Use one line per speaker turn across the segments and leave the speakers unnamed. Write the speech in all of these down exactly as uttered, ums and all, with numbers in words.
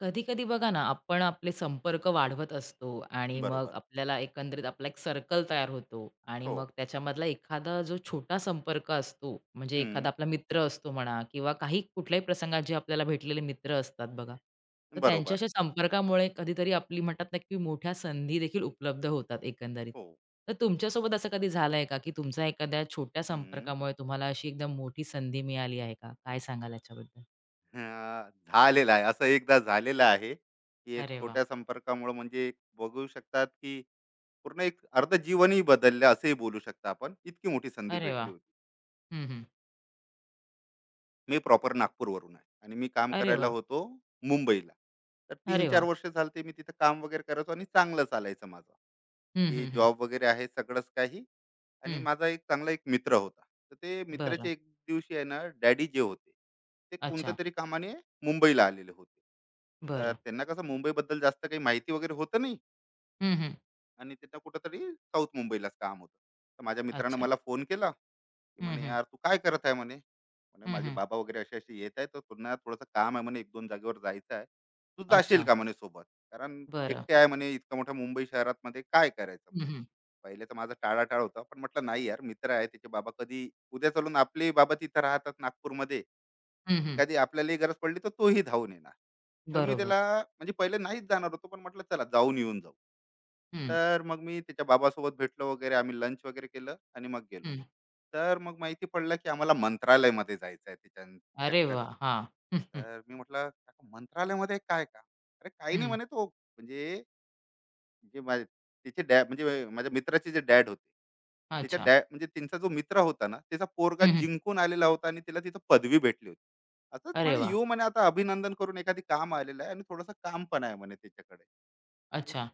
कधी-कधी बघा ना, आपण आपले संपर्क वाढवत असतो आणि मग
बरोबर.
आपल्याला एकंदरीत आपला एक सर्कल तयार होतो आणि
हो.
मग त्याच्यामधला एखादा जो छोटा संपर्क असतो, म्हणजे एखादा
हं.
आपला मित्र असतो म्हणा किंवा काही कुठल्याही प्रसंगात जे आपल्याला भेटलेले मित्र असतात बघा, तर
बरोबर.
त्यांच्याशी संपर्कामुळे कधीतरी आपली म्हणतात ना, की मोठ्या संधी देखील उपलब्ध होतात एकंदरीत.
हो.
तर तुमच्यासोबत असं कधी झालंय का, की तुमचा एखाद्या छोट्या
हं.
संपर्कामुळे तुम्हाला अशी एकदम मोठी संधी मिळाली आहे का? काय सांगाल याच्याबद्दल?
हां, झालेलं आहे. असं एकदा झालेलं आहे, की एक
अरे वाह!
छोट्या संपर्कामुळं म्हणजे एक बघू शकतात, की पूर्ण एक अर्ध जीवनही बदललं, असंही बोलू शकता आपण. इतकी मोठी संधी
अरे वाह!
भेटली होती.
हं, हं.
मी प्रॉपर नागपूरवरून आहे आणि मी काम
अरे
करायला
वाह!
होतो मुंबईला. तर
अरे
तीन चार
वा?
वर्ष झाले मी तिथं काम वगैरे करायचो आणि चांगलं चालायचं माझं,
हं,
की
हं, हं.
जॉब वगैरे आहे, सगळंच काही. आणि
हं.
माझा एक चांगला एक मित्र होता. तर ते
बरं.
मित्राचे एक दिवशी आहे ना, डॅडी जे होते, ते
अच्छा.
कोणत्यातरी कामाने मुंबईला आलेले होते. तर
बरं.
त्यांना कसं मुंबईबद्दल जास्त काही माहिती वगैरे होतं नाही.
हं, हं.
आणि तिथं कुठंतरी साऊथ मुंबईलाच काम होतं. तर माझ्या मित्रानं
अच्छा.
मला फोन केला, की
हं,
म्हणे,
हं.
"यार, तू काय करत आहे?" म्हणे. म्हणे,
हं,
"माझे
हं.
बाबा वगैरे असे-असे येत आहेत, तर त्यांना थोडंसं काम आहे म्हणे, एक दोन जागेवर जायचं आहे. तू जाशील
अच्छा.
का?" म्हणे सोबत. कारण
बरं.
एकटे आहे म्हणे, इतकं मोठ्या मुंबई शहरामध्ये काय करायचं?
हं, हं.
पहिले तर माझा टाळाटाळ होता, पण म्हटलं, "नाही यार, मित्र आहे, त्याचे बाबा कधी उद्या चालून आपलेही बाबा तिथं राहतात नागपूरमध्ये.
हं, हं.
कधी आपल्यालाही गरज पडली तर तोही धावून येणार. तर मी
बरोबर.
त्याला म्हणजे पहिले नाहीच जाणार होतो, पण म्हटलं चला जाऊन येऊन जाऊ.
हं,
तर मग मी त्याच्या बाबासोबत भेटलो वगैरे. आम्ही लंच वगैरे केलं आणि मग गेलो.
हं.
तर मग माहिती पडलं, की आम्हाला मंत्रालयमध्ये जायचं आहे त्याच्या
अरे
चक्कर.
वाह! हां. हं, हं.
तर मी म्हटलं, "काका, मंत्रालयामध्ये काय काम?" "अरे, काही नाही
हं.
म्हणे, तो म्हणजे जे माझे तिचे डॅड म्हणजे माझ्या मित्राचे जे डॅड होते, त्याच्या
अच्छा.
डॅड म्हणजे त्यांचा जो मित्र होता ना, त्याचा पोरगा
हं, हं.
जिंकून आलेला होता आणि त्याला तिथं पदवी भेटली होती. असंच
अरे
म्हणे
वाह!
येऊ म्हणे, आता अभिनंदन करून, एखादी काम आलेलं आहे आणि थोडंसं काम पण आहे म्हणे त्याच्याकडे. आणि
अच्छा.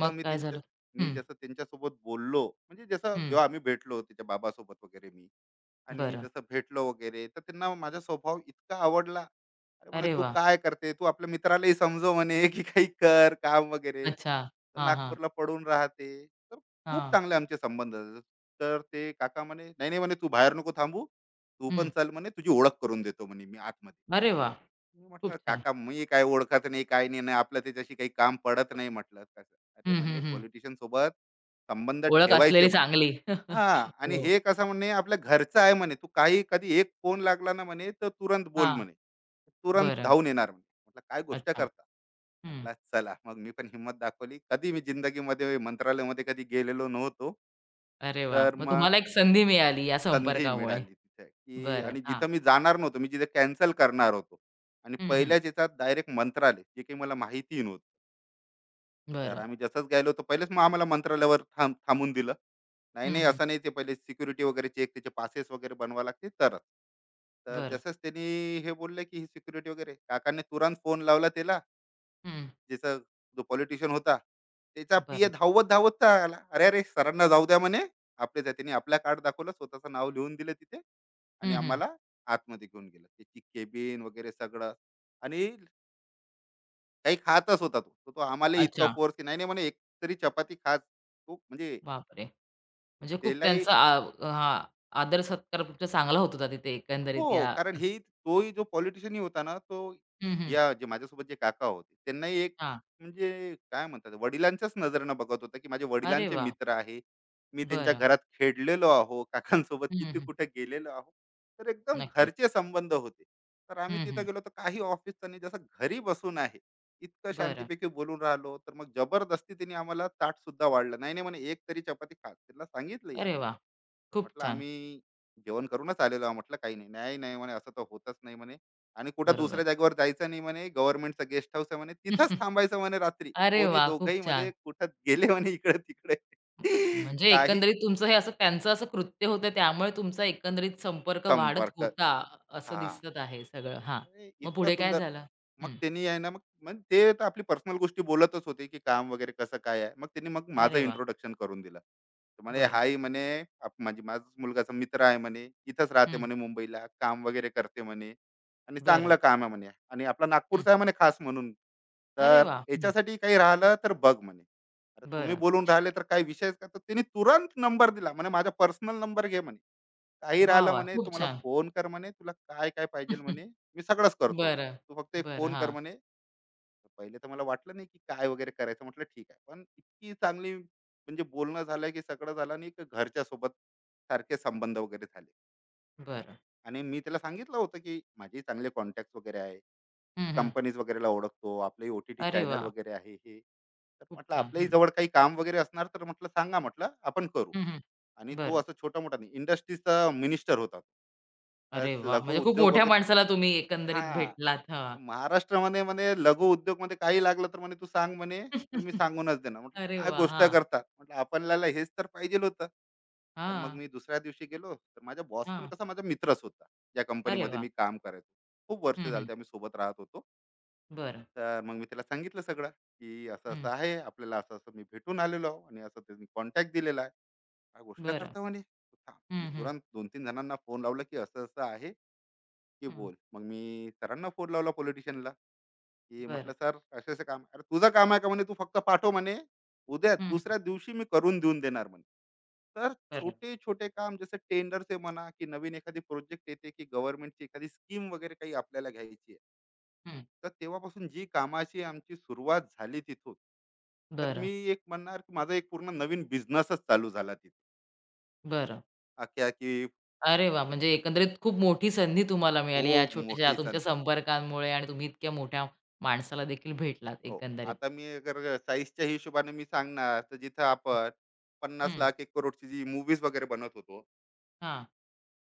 मग
मी
काय
त्यांच्या,
झालं?
मी
हं,
जसं त्यांच्यासोबत बोललो, म्हणजे जसं
हं.
जेव्हा आम्ही भेटलो त्याच्या बाबासोबत वगैरे मी, आणि
बरं.
जसं भेटलो वगैरे, तर त्यांना माझा स्वभाव इतका आवडला. अरे म्हणे,
अरे
तू
वा?
काय करते, तू आपल्या मित्रालाही समजव म्हणे, की काही कर काम वगैरे,
अच्छा.
तर
हां, हां.
नागपूरला पडून राहते. तर खूप
हां.
चांगले आमचे संबंध झाले. तर ते काका म्हणे, नाही नाही म्हणे, तू बाहेर नको थांबू, तू
हं.
पण चल म्हणे, तुझी ओळख करून देतो म्हणे मी आतमध्ये.
अरे वाह!
मी
खूप
म्हटलं,
छान.
काका, मी काय ओळखत नाही, काय नाही, नाही आपलं त्याच्याशी काही काम पडत नाही. म्हटलं कसं? अरे
हं, हं,
म्हणे,
हं.
पॉलिटिशियन सोबत संबंध
ओळख असलेली
ठेवायचे म्हणे.
चांगली.
हा,
हो.
आणि हे कसं म्हणे, आपल्या घरचं आहे म्हणे, तू काही कधी एक फोन लागला ना म्हणे, तर तुरंत बोल
हां.
म्हणे, तुरंत
बरं.
धावून येणार म्हणे. म्हटलं, काय गोष्ट
अच्छा.
करता!
हं.
म्हटलं, चला मग मी पण हिंमत दाखवली. कधी मी जिंदगीमध्ये मंत्रालयामध्ये कधी गेलेलो नव्हतो.
अरे वाह!
तर
मग तुम्हाला
मग
एक संधी मिळाली या
संधी
संपर्कामुळे.
मिळाली तिथे, की
बरं.
आणि
हां.
जिथं मी जाणार नव्हतो, मी जिथे कॅन्सल करणार होतो, आणि
हं, हं.
पहिल्याच याच्यात डायरेक्ट मंत्रालय, जे काही मला माहिती नव्हतं. तर
बरं.
आम्ही जसंच गेलो होतो, पहिलेच मग आम्हाला मंत्रालयावर थांब थांबून दिलं. नाही
हं,
नाही,
हं.
असं नाही, ते पहिले सिक्युरिटी वगैरे चेक, त्याचे पासेस वगैरे बनवा लागते तरच. तर
बरं.
जसंच त्यांनी हे बोलले, की ही सिक्युरिटी वगैरे, काकाने तुरंत फोन लावला त्याला,
हं.
ज्याचा, जो पॉलिटिशियन होता, त्याचा पीए
बरं.
धावत धावत तर आला. अरे अरे, सरांना जाऊ द्या म्हणे, आपल्याच आहे. त्यांनी आपला कार्ड दाखवलं, स्वतःचं नाव लिहून दिलं तिथे, आणि
हं, हं.
आम्हाला आतमध्ये घेऊन गेलं, त्याची केबिन वगैरे सगळं. आणि काही खातच होता तो, तर तो आम्हाला इतका
अच्छा.
फोर्स, नाही नाही म्हणे, एक तरी चपाती खात तू म्हणजे.
बापरे! म्हणजे खूप
त्यालाही
त्यांचा आ हां, आदर सत्कार तुमचा चांगला होत होता तिथे एकंदरीत
हो,
या
कारण हेही, तोही जो पॉलिटिशियनही होता ना, तो,
हं, हं.
या जे माझ्यासोबत जे काका होते, त्यांनाही एक,
हां.
म्हणजे काय म्हणतात, वडिलांच्याच नजरेनं बघत होता, की माझे
अरे
वडिलांचे
वाह!
मित्र आहे. मी त्यांच्या
बरं.
घरात खेळलेलो आहो, काकांसोबत
हं,
किती
हं.
कुठे गेलेलो आहो. तर एकदम
नक्कीच.
घरचे संबंध होते. तर आम्ही
हं,
तिथं
हं.
गेलो, तर काही ऑफिसचं नाही, जसं घरी बसून आहे. इतकं
बरं.
शांतीपैकी बोलून राहिलो, तर मग जबरदस्ती त्यांनी आम्हाला ताटसुद्धा वाढलं. "नाही, नाही," म्हणे, "एक तरी चपाती खा." त्यांना सांगितलंही
अरे
आम्ही.
वाह! खूप
म्हटलं
छान.
आम्ही जेवण करूनच आलेलो आहो. म्हटलं, काही नाही, नाही नाही म्हणे, असं तर होतच नाही म्हणे. आणि कुठं
बरोबर.
दुसऱ्या जागेवर जायचं नाही म्हणे, गव्हर्नमेंटचं गेस्ट हाऊस आहे म्हणे, तिथंच थांबायचं म्हणे रात्री.
अरे
कोणी
वाह! खूप
दोघही मध्ये
छान.
कुठं गेले म्हणे इकडे तिकडे.
म्हणजे
काही
एकंदरीत तुमचं हे असं त्यांचं असं कृत्य होतं त्यामुळे तुमचा एकंदरीत संपर्क वाढत
संपर्क.
होता, असं
हा,
दिसत आहे सगळं. हां.
अरे,
मग
इतकं
पुढे काय
सुंदर.
झालं?
मग
हं.
त्यांनी आहे ना, मग मग ते तर आपली पर्सनल गोष्टी बोलतच होते, की काम वगैरे कसं काय आहे. मग त्यांनी मग माझं
अरे वाह!
इंट्रोडक्शन करून दिलं. तर म्हणे,
बरं.
"हाही," म्हणे, "आप म्हणजे माझाच मुलगाचा मित्र आहे," म्हणे, "इथंच राहते,"
हं.
म्हणे, "मुंबईला. काम वगैरे करते," म्हणे, "आणि
बरं.
चांगलं काम आहे," म्हणे, "आणि आपला
हं.
नागपूरचा आहे," म्हणे, "खास म्हणून.
अरे
तर
वाह! हं.
याच्यासाठी काही राहिलं तर बघ," म्हणे. "अरे, तुम्ही
बरं.
बोलून राहिले तर काही विषयच का?" तर त्याने तुरंत नंबर दिला. म्हणे, "माझा पर्सनल नंबर घे," म्हणे. "काही
वाह,
राहिलं
वाह!
म्हणे,
खूप
तू मला
छान.
फोन कर म्हणे, तुला काय काय पाहिजे म्हणे, मी सगळंच करतो म्हणे,
बरं.
तू फक्त एक
बरं.
फोन कर
हां.
म्हणे." तर पहिले तर मला वाटलं नाही, की काय वगैरे करायचं. म्हटलं ठीक आहे, पण इतकी चांगली म्हणजे बोलणं झालं, की सगळं झालं, आणि एक घरच्या सोबत सारखे संबंध वगैरे झाले.
बरं.
आणि मी त्याला सांगितलं होतं, की माझे चांगले कॉन्टॅक्ट वगैरे आहे,
हं, हं.
कंपनीज वगैरेला ओळखतो, आपले ओ टी टी
अरे
चॅनल
वाह!
वगैरे आहे, हे. तर
खूप
म्हटलं
छान.
आपल्याही
हं.
जवळ काही काम वगैरे असणार, तर म्हटलं सांगा, म्हटलं आपण करू.
हं, हं.
आणि तो
बरं.
असं छोटा मोठा नाही, इंडस्ट्रीजचा मिनिस्टर होता तो. तर
अरे वाह!
लघु
म्हणजे खूप
उद्योग
मोठ्या
वगैरे,
माणसाला तुम्ही एकंदरीत
हा,
भेटलात. हां.
तर महाराष्ट्रामध्ये म्हणे लघु उद्योग मध्ये काही लागलं तर म्हणे तू सांग म्हणे. तर मी सांगूनच देणार. म्हटलं,
अरे
काय
वाह!
गोष्ट
हां.
करतात! म्हटलं आपल्याला हेच तर पाहिजे होतं. तर मग
हां.
मी दुसऱ्या दिवशी गेलो, तर माझा बॉस पण
हां.
कसा माझा मित्रच होता, ज्या
अरे
कंपनीमध्ये
वाह!
मी काम करायचो. खूप वर्ष
हं, हं.
झाले आम्ही सोबत राहत होतो.
बरं.
तर मग मी त्याला सांगितलं सगळं, की असं
हं,
असं आहे, आपल्याला असं असं मी भेटून आलेलो आहो, आणि असं त्यांनी कॉन्टॅक्ट दिलेला आहे. काय गोष्ट
बरं.
करता म्हणे, थांब. तिने
हं, हं,
तुरंत दोन तीन जणांना फोन लावला, की असं असं आहे, की
हं.
बोल. मग मी सरांना फोन लावला पॉलिटिशियनला, की
बरं.
म्हटलं, सर, असं असं काम आहे. अरे, तुझं काम आहे का म्हणे, तू फक्त पाठव म्हणे, उद्या
हं, हं.
दुसऱ्या दिवशी मी करून देऊन देणार म्हणे. तर
बरं.
छोटे छोटे काम, जसं टेंडरचे म्हणा, की नवीन एखादी प्रोजेक्ट येते, की गव्हर्नमेंटची एखादी स्कीम वगैरे काही आपल्याला घ्यायची आहे.
हं.
तर तेव्हापासून जी कामाची आमची सुरुवात झाली तिथून, तर
बरं,
मी एक म्हणणार, की माझा एक पूर्ण नवीन बिझनेसच चालू झाला तिथे,
बरं.
अख्ख्या की.
अरे वाह! म्हणजे एकंदरीत खूप मोठी संधी तुम्हाला मिळाली या
खूप
छोट्याशा
मोठी
तुमच्या
संधी,
संपर्कांमुळे आणि तुम्ही इतक्या मोठ्या माणसाला देखील भेटलात
हो.
एकंदरीत.
आता मी अगर साईजच्या हिशोबाने मी सांगणार, तर जिथं आपण पन्नास
हं.
लाख एक करोडची जी मूवीज वगैरे बनवत होतो,
हां.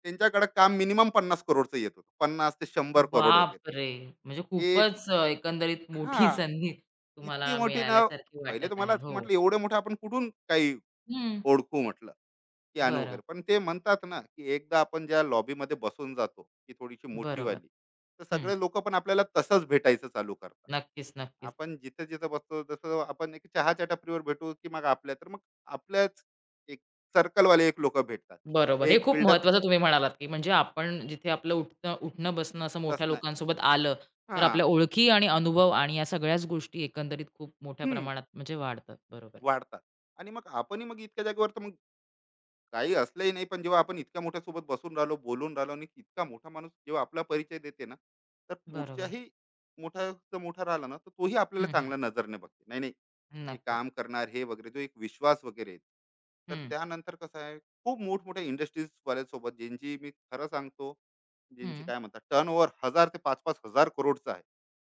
त्यांच्याकडे काम मिनिमम पन्नास करोडचं येत होतं, पन्नास ते शंभर करोड वगैरे.
बापरे! म्हणजे
ए,
खूपच अ, एकंदरीत
हा,
मोठी संधी
इतकी
तुम्हाला
मोठी ना.
मिळाल्यासारखी
पहिले तर
वाटत
मला
आहे. हो.
म्हटलं, एवढं मोठं आपण कुठून काही
हं.
ओळखू, म्हटलं, की आणू
बरं.
वगैरे. पण ते म्हणतात ना, की एकदा आपण ज्या लॉबीमध्ये बसून जातो, ती थोडीशी
बरोबर.
मोठीवाली, तर
हं.
सगळे लोक पण आपल्याला तसंच भेटायचं चालू करतात.
नक्कीच, नक्कीच.
आपण जिथं जिथं बसतो, जसं आपण एक चहाच्या टपरीवर भेटू, की मग आपल्या, तर मग आपल्याच एक सर्कलवाले एक लोक भेटतात,
बरोबर. हे
एक
खूप
बिल्डर
महत्त्वाचं तुम्ही म्हणालात, की म्हणजे आपण जिथे आपलं उठतं उठणं-बसणं असं मोठ्या
बसणार.
लोकांसोबत आलं, तर
हा,
आपल्या ओळखी आणि अनुभव आणि या सगळ्याच गोष्टी एकंदरीत खूप मोठ्या
हम्म,
प्रमाणात म्हणजे वाढतात. बरोबर.
वाढतात. आणि मग आपणही मग इतक्या जागेवर, तर मग काही असलंही नाही, पण जेव्हा आपण इतक्या मोठ्या सोबत बसून राहिलो, बोलून राहिलो, आणि इतका मोठा माणूस जेव्हा आपला परिचय देते ना, तर
बरोबर.
पुढच्याही मोठा मोठा राहिला ना, तर तोही आपल्याला
हं, हं.
चांगल्या नजरने बघते. नाही नाही, हे
नक्कीच.
काम करणार, हे वगैरे, जो एक विश्वास वगैरे येते. तर
हं,
त्यानंतर कसं आहे, खूप मोठमोठ्या इंडस्ट्रीज वाल्यासोबत, ज्यांची मी खरं सांगतो, ज्यांची
हं.
काय म्हणतात टर्न ओव्हर हजार ते पाच पाच हजार करोडचा आहे,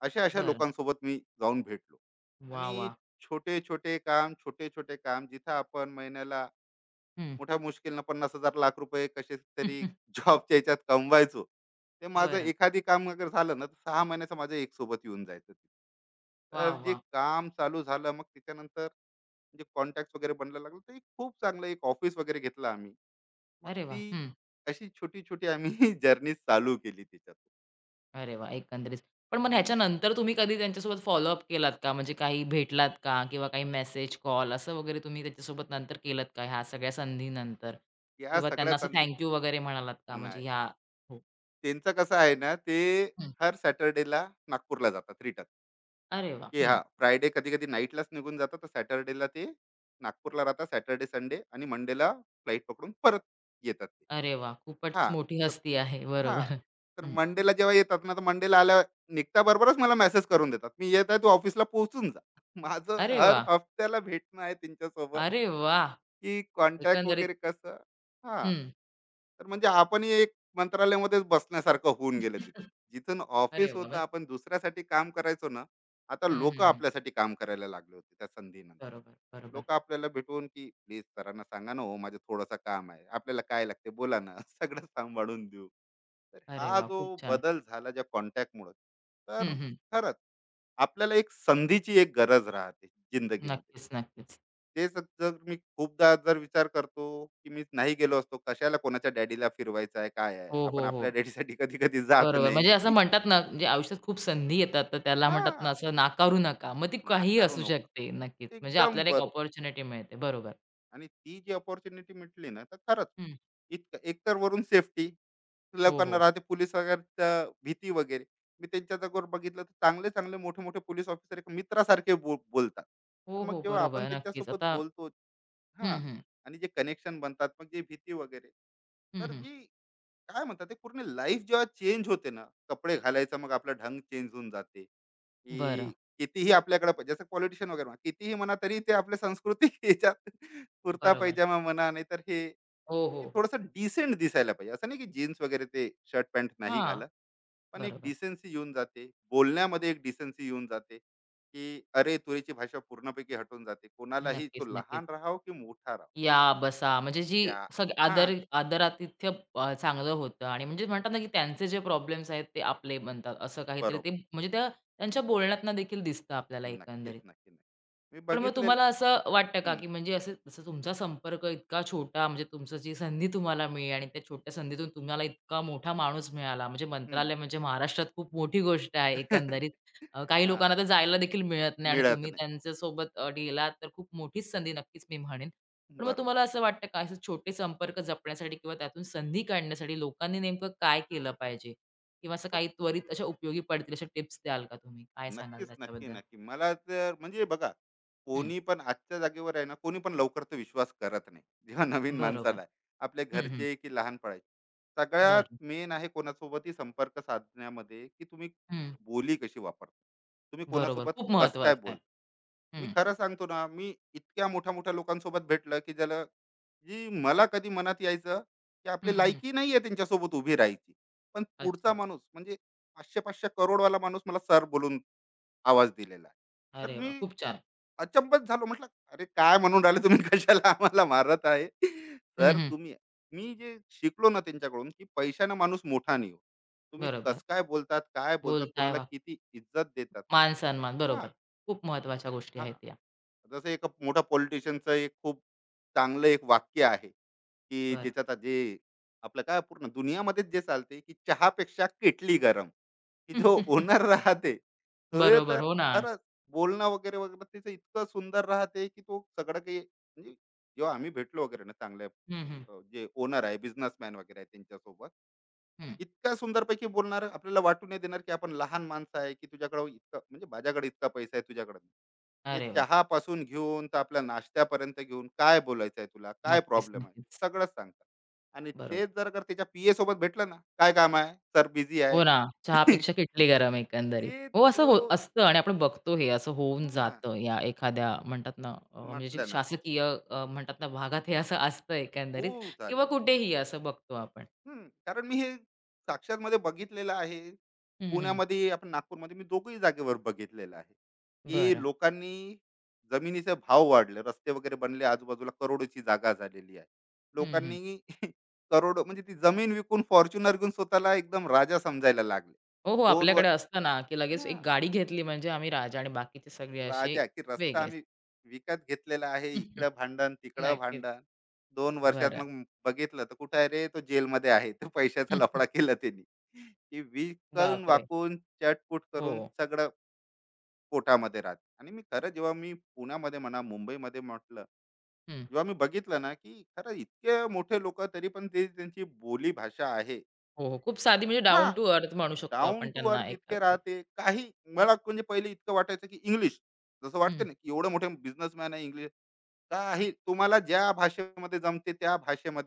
अशा अशा
बरं.
लोकांसोबत मी जाऊन भेटलो.
वाह,
आणि
वाह!
छोटे छोटे काम छोटे छोटे काम जिथं आपण महिन्याला
हं.
मोठ्या मुश्किलनं पन्नास हजार लाख रुपये कसे तरी जॉबच्या याच्यात कमवायचो, ते माझं
बरं.
एखादी काम वगैरे झालं ना, तर सहा महिन्याचं माझं एक सोबत येऊन जायचं ते.
वाह,
तर जे
वाह!
काम चालू झालं मग त्याच्यानंतर, म्हणजे कॉन्टॅक्ट वगैरे बनला लागलं, तर एक खूप चांगलं एक ऑफिस वगैरे घेतलं आम्ही. मग
अरे वाह!
ती
हं.
अशी छोटी छोटी आम्ही जर्नी चालू केली त्याच्यातून.
अरे वाह! एकंदरीत. पण मग
हम्म.
ह्याच्यानंतर तुम्ही कधी त्यांच्यासोबत फॉलोअप केलात का? म्हणजे काही भेटलात का? किंवा काही मेसेज, कॉल असं वगैरे तुम्ही त्याच्यासोबत नंतर केलत का ह्या सगळ्या संधीनंतर?
या
किंवा त्यांना
सगळ्या
असं
संधी,
थँक वगैरे म्हणालात का? म्हणजे
नाही.
ह्या हो.
त्यांचं कसं आहे ना, ते
हं.
हर सॅटर्डेला नागपूरला जातात रिटर्न,
अरे वाह!
की हा,
हं.
फ्रायडे कधी कधी नाईटलाच निघून जातात, तर सॅटर्डेला ते नागपूरला राहतात सॅटर्डे संडे, आणि मंडेला फ्लाईट पकडून परत येतात ते.
अरे वाह! खूपच
हा,
मोठी
तर,
हस्ती आहे.
हा,
बरोबर.
तर
हं.
मंडेला जेव्हा येतात ना, तर मंडेला आल्या निघता बरोबरच मला मेसेज करून देतात, मी येत आहे, तू ऑफिसला पोहोचून जा. माझं
अरे
हर
वाह!
हफ्त्याला भेटणं आहे त्यांच्यासोबत,
अरे वाह!
की कॉन्टॅक्ट
एकंदरीत
वगैरे कसं. हां.
हं.
तर म्हणजे आपणही एक मंत्रालयामध्येच बसण्यासारखं होऊन गेलं तिथं. जिथून
अरे
ऑफिस
वाह!
होतं
म्हणजे
आपण दुसऱ्यासाठी काम करायचो ना, आता
हं, हं,
लोकं
हं.
आपल्यासाठी काम करायला लागले होते त्या संधीनंतर.
बरोबर, बरोबर.
लोकं आपल्याला भेटून, की "प्लीज, सरांना सांगा ना हो, माझं थोडंसं काम आहे. आपल्याला काय लागते बोला ना, सगळं सांभाळून देऊ." तर
अरे
हा
वाह!
जो
खूप छान.
बदल झाला ज्या कॉन्टॅक्टमुळं, तर
हं, हं.
खरंच आपल्याला एक संधीची एक गरज राहते जिंदगीमध्ये.
नक्कीच, नक्कीच.
तेच जर मी खूपदा जर विचार करतो, की मीच नाही गेलो असतो, कशाला कोणाच्या डॅडीला फिरवायचं आहे, काय आहे?
हो,
आपण
हो, हो.
आपल्या डॅडीसाठी कधी-कधी जात
बरोबर.
नाही.
म्हणजे असं म्हणतात ना, म्हणजे आयुष्यात खूप संधी येतात, तर त्याला म्हणतात ना,
हां,
असं नाकारू नका. मग ती काहीही
नाकारू
असू
नको.
शकते. नक्कीच. म्हणजे
एकदम
आपल्याला एक
बरोबर.
अपॉर्च्युनिटी मिळते. बरोबर.
आणि ती जी अपॉर्च्युनिटी मिटली ना, तर खरंच
हं.
इतकं, एकतर वरून सेफ्टी,
हो,
लोकांना
हो.
राहते पोलीस वगैरेचं भीती वगैरे. मी त्यांच्या जागेवर बघितलं, तर चांगले-चांगले मोठे-मोठे पोलीस ऑफिसर एक मित्रासारखे बो बोलतात.
हो,
तर मग
हो.
जेव्हा आपण
बरोबर. नक्कीच.
त्यांच्यासोबत
आता
बोलतो. हां.
हं, हं.
आणि जे कनेक्शन बनतात, मग जी भीती वगैरे,
हं,
तर
हं.
जी काय म्हणतात ते पूर्ण लाईफ जेव्हा चेंज होते ना, कपडे घालायचा मग आपला ढंग चेंज होऊन जाते.
बरं.
की कितीही आपल्याकडे प- जसं पॉलिटिशियन वगैरे म्हणा, कितीही म्हणा तरी ते आपल्या संस्कृती याच्यात कुर्ता
बरोबर.
पैजामा म्हणा, नाही तर हे
हो, हो,
हे
हो.
थोडंसं डिसेंट दिसायला पाहिजे. असं नाही की जीन्स वगैरे ते शर्ट पॅन्ट नाही
हां.
घाला, पण एक
बरोबर.
डिसेन्सी येऊन जाते बोलण्यामध्ये, एक डिसेन्सी येऊन जाते. की अरे तुरीची भाषा पूर्णपैकी हटून जाते, कोणालाही, तो
नक्कीच, नक्कीच.
लहान राहाव की मोठा राहाव.
या, बसा. म्हणजे जी
या,
सग
हा,
आदर आदरातिथ्य अ, चांगलं होतं आणि म्हणजे म्हणतात ना, की त्यांचे जे प्रॉब्लेम्स आहेत, ते आपले बनतात. असं काहीतरी ते
बरोबर,
म्हणजे त्या त्यांच्या बोलण्यातनं देखील दिसतं आपल्याला
नक्कीच.
एकंदरीत.
नक्की नक्की मी
पण मग
बघितले.
तुम्हाला असं वाटतं का, की म्हणजे असं जसं तुमचा संपर्क इतका छोटा म्हणजे तुमचं जी संधी तुम्हाला मिळाली आणि त्या छोट्या संधीतून तुम्हाला इतका मोठा माणूस मिळाला. म्हणजे
हं.
मंत्रालय म्हणजे महाराष्ट्रात खूप मोठी गोष्ट
हां,
आहे एकंदरीत. अ, काही लोकांना तर जायला देखील मिळत नाही आणि
मिळत
तुम्ही
नाही.
त्यांच्यासोबत अ, गेलात तर खूप मोठीच संधी नक्कीच मी म्हणेन. पण मग
बरोबर.
तुम्हाला असं वाटतं का, असे छोटे संपर्क जपण्यासाठी किंवा त्यातून संधी काढण्यासाठी लोकांनी नेमकं काय केलं पाहिजे? किंवा असं
मग
काही त्वरित अशा उपयोगी पडतील अशा टिप्स द्याल का तुम्ही? काय सांगाल
नक्कीच, नक्की,
त्याच्याबद्दल?
नक्की. मला तर म्हणजे बघा,
हं,
कोणी पण आजच्या जागेवर आहे ना, कोणी पण लवकर तर विश्वास करत नाही. जेव्हा नवीन
बरोबर.
माणसाला आहे. आपले
हं, हं.
घरचे की लहानपणाचे. सगळ्यात
बरं.
मेन आहे कोणासोबतही संपर्क साधण्यामध्ये, की तुम्ही
हं.
बोली कशी वापरता. तुम्ही
बरोबर.
कोणासोबत
खूप
कसं काय
महत्वाचं आहे.
बोलता. मी
हं.
खरं सांगतो ना, मी इतक्या मोठ्या मोठ्या लोकांसोबत भेटलं की ज्याला, जी मला कधी मनात यायचं की
हं,
आपली
हं.
लायकी नाही आहे त्यांच्यासोबत उभी राहायची. पण पुढचा
अच्छा.
माणूस म्हणजे पाचशे पाचशे करोडवाला माणूस मला सर बोलून आवाज दिलेला आहे. तर
अरे वाह!
मी
खूप छान.
अचंबत झालो, म्हटलं अरे काय म्हणून राहिले तुम्ही, कशाला आम्हाला मारत आहे.
हं,
तर
हं.
तुम्ही, मी जे शिकलो ना त्यांच्याकडून, की पैशानं माणूस मोठा नाही होत. तुम्ही
बरोबर.
कस काय बोलतात, काय बोलतात,
बोलताय
कोणाला
वाह!
किती इज्जत देतात ना.
मान-सन्मान.
हा,
बरोबर. खूप महत्वाच्या गोष्टी
हा.
आहेत या.
जसं एक मोठा पॉलिटिशियनचं एक खूप चांगलं एक वाक्य आहे की,
बरं.
ज्याच्यात जे आपलं काय पूर्ण दुनियामध्येच जे चालते की चहापेक्षा किटली गरम. की जो ओनर राहते तो, हे
बरोबर.
तर
हो ना.
खरंच बोलणं वगैरे वगैरे तिचं इतकं सुंदर राहते की तो सगळं काही, म्हणजे जेव्हा आम्ही भेटलो वगैरे ना चांगल्या,
हं, हं.
अं, जे ओनर आहे, बिझनेसमॅन वगैरे आहे त्यांच्यासोबत
हं.
इतका सुंदरपैकी बोलणार, आपल्याला वाटू नाही देणार की आपण लहान माणसं आहे, की तुझ्याकडे इतका, म्हणजे माझ्याकडे इतका पैसा आहे तुझ्याकडे नाही. ते
अरे वाह!
चहापासून घेऊन तर आपल्या नाश्त्यापर्यंत घेऊन, काय बोलायचं आहे तुला, काय
नक्कीच,
प्रॉब्लेम आहे,
नक्कीच.
सगळंच सांगतात. आणि
बरोबर.
तेच जर का त्याच्या पीए ए सोबत भेटलं ना, "काय काम आहे? सर बिझी आहे."
हो ना. चहापेक्षा किटली गरम एकंदरीत.
ते
हो, असं हो
तो,
असतं आणि आपण बघतो हे असं होऊन
हां,
जातं या एखाद्या म्हणतात ना अ, म्हणजे जे
म्हटल्यानंतर.
शासकीय अ, म्हणतात ना भागात हे असं असतं
हो,
एकंदरीत किंवा
झालेलं आहे.
कुठेही असं बघतो आपण.
हं, कारण मी हे साक्षात मध्ये बघितलेलं आहे.
हं, हं.
पुण्यामध्ये, आपण नागपूरमध्ये, मी दोघंही जागेवर बघितलेलं आहे, की
बरं.
लोकांनी, जमिनीचे भाव वाढले, रस्ते वगैरे बनले, आजूबाजूला करोडोची जागा झालेली आहे.
हं, हं.
लोकांनी करोडो, म्हणजे ती जमीन विकून फॉर्च्युनर घेऊन स्वतःला एकदम राजा समजायला लागले.
हो, हो.
दोन व,
आपल्याकडे असतं ना, की लगेच
हां,
एक गाडी घेतली म्हणजे आम्ही राजा आणि बाकीचे सगळे असे
राजा की रस्ता
वेगळेच.
आम्ही विकत घेतलेला आहे, इकडं भांडण, तिकडं
नक्कीच.
भांडण. दोन वर्षात
बरं.
मग बघितलं तर कुठे आहे रे? तो जेलमध्ये आहे. तर पैशाचा
हम्म,
लफडा केला त्यांनी. की
बापरे!
विकून-वाकून, चटपूट
हो.
करून सगळं पोटामध्ये राहते. आणि मी खरं जेव्हा मी पुण्यामध्ये म्हणा, मुंबईमध्ये म्हटलं,
हं.
जेव्हा मी बघितलं ना की खरं इतके मोठे लोक, तरी पण ते त्यांची बोली भाषा आहे.
हो, हो. खूप साधी म्हणजे
हा,
डाउन टू अर्थ म्हणू शकतो
डाऊन
आपण
टू
त्यांना
अर्थ इतके
एकंदरीत.
राहते. काही मला म्हणजे पहिले इतकं वाटायचं की इंग्लिश, जसं वाटते
हं.
ना की एवढे मोठे बिझनेसमॅन आहे इंग्लिश, काही तुम्हाला ज्या भाषेमध्ये जमते त्या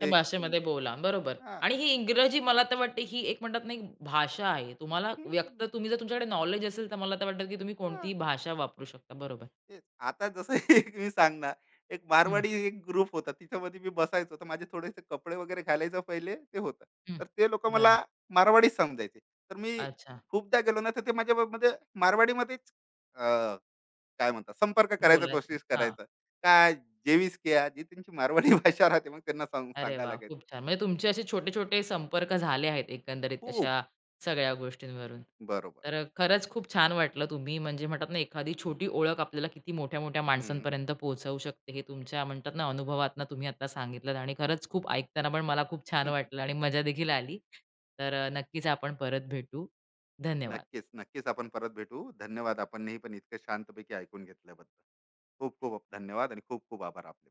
त्या
तुम्ही,
भाषेमध्ये बोला. बरोबर.
हा,
आणि ही इंग्रजी मला तर वाटते ही एक म्हणतात ना, एक भाषा आहे. तुम्हाला व्यक्त
हम्म,
तुम्ही जर तुमच्याकडे नॉलेज असेल तर मला तर वाटतं, की तुम्ही
हा.
कोणतीही भाषा वापरू शकता. बरोबर.
तेच. आता जसं एक मी सांगणार, एक
हं,
मारवाडी एक ग्रुप होता. तिच्यामध्ये मी बसायचो, तर माझे थोडेसे कपडे वगैरे घालायचं पहिले ते होतं.
हं.
तर ते लोकं मला
बरं.
मारवाडीच समजायचे. तर मी
अच्छा.
खूपदा गेलो ना, तर ते माझ्यामध्ये मारवाडीमध्येच, अ, काय म्हणतात, संपर्क करायचा,
बोलायचं.
कोशिश
हां.
करायचा. काय जेवीस क्या? जी त्यांची मारवाडी भाषा राहते, मग त्यांना सांग
अरे
सांगायला
वा, खूप
लागायचं.
छान. म्हणजे तुमचे असे छोटे-छोटे संपर्क झाले आहेत एकंदरीत
खूप
अशा सगळ्या गोष्टींवरून.
बरोबर.
तर अ, खरंच खूप छान वाटलं. तुम्ही म्हणजे म्हणतात ना, एखादी छोटी ओळख आपल्याला किती मोठ्या-मोठ्या
हं.
माणसांपर्यंत पोहोचवू शकते, हे तुमच्या म्हणतात ना, अनुभवातनं तुम्ही आता सांगितलंत आणि खरंच खूप ऐकताना पण मला खूप छान वाटलं आणि मजा देखील आली. तर अ, नक्कीच आपण परत भेटू. धन्यवाद.
नक्कीच, नक्कीच आपण परत भेटू. धन्यवाद. आपणही पण इतकं शांतपैकी ऐकून घेतल्याबद्दल. खूप खूप धन्यवाद आणि खूप खूप आभार आपले.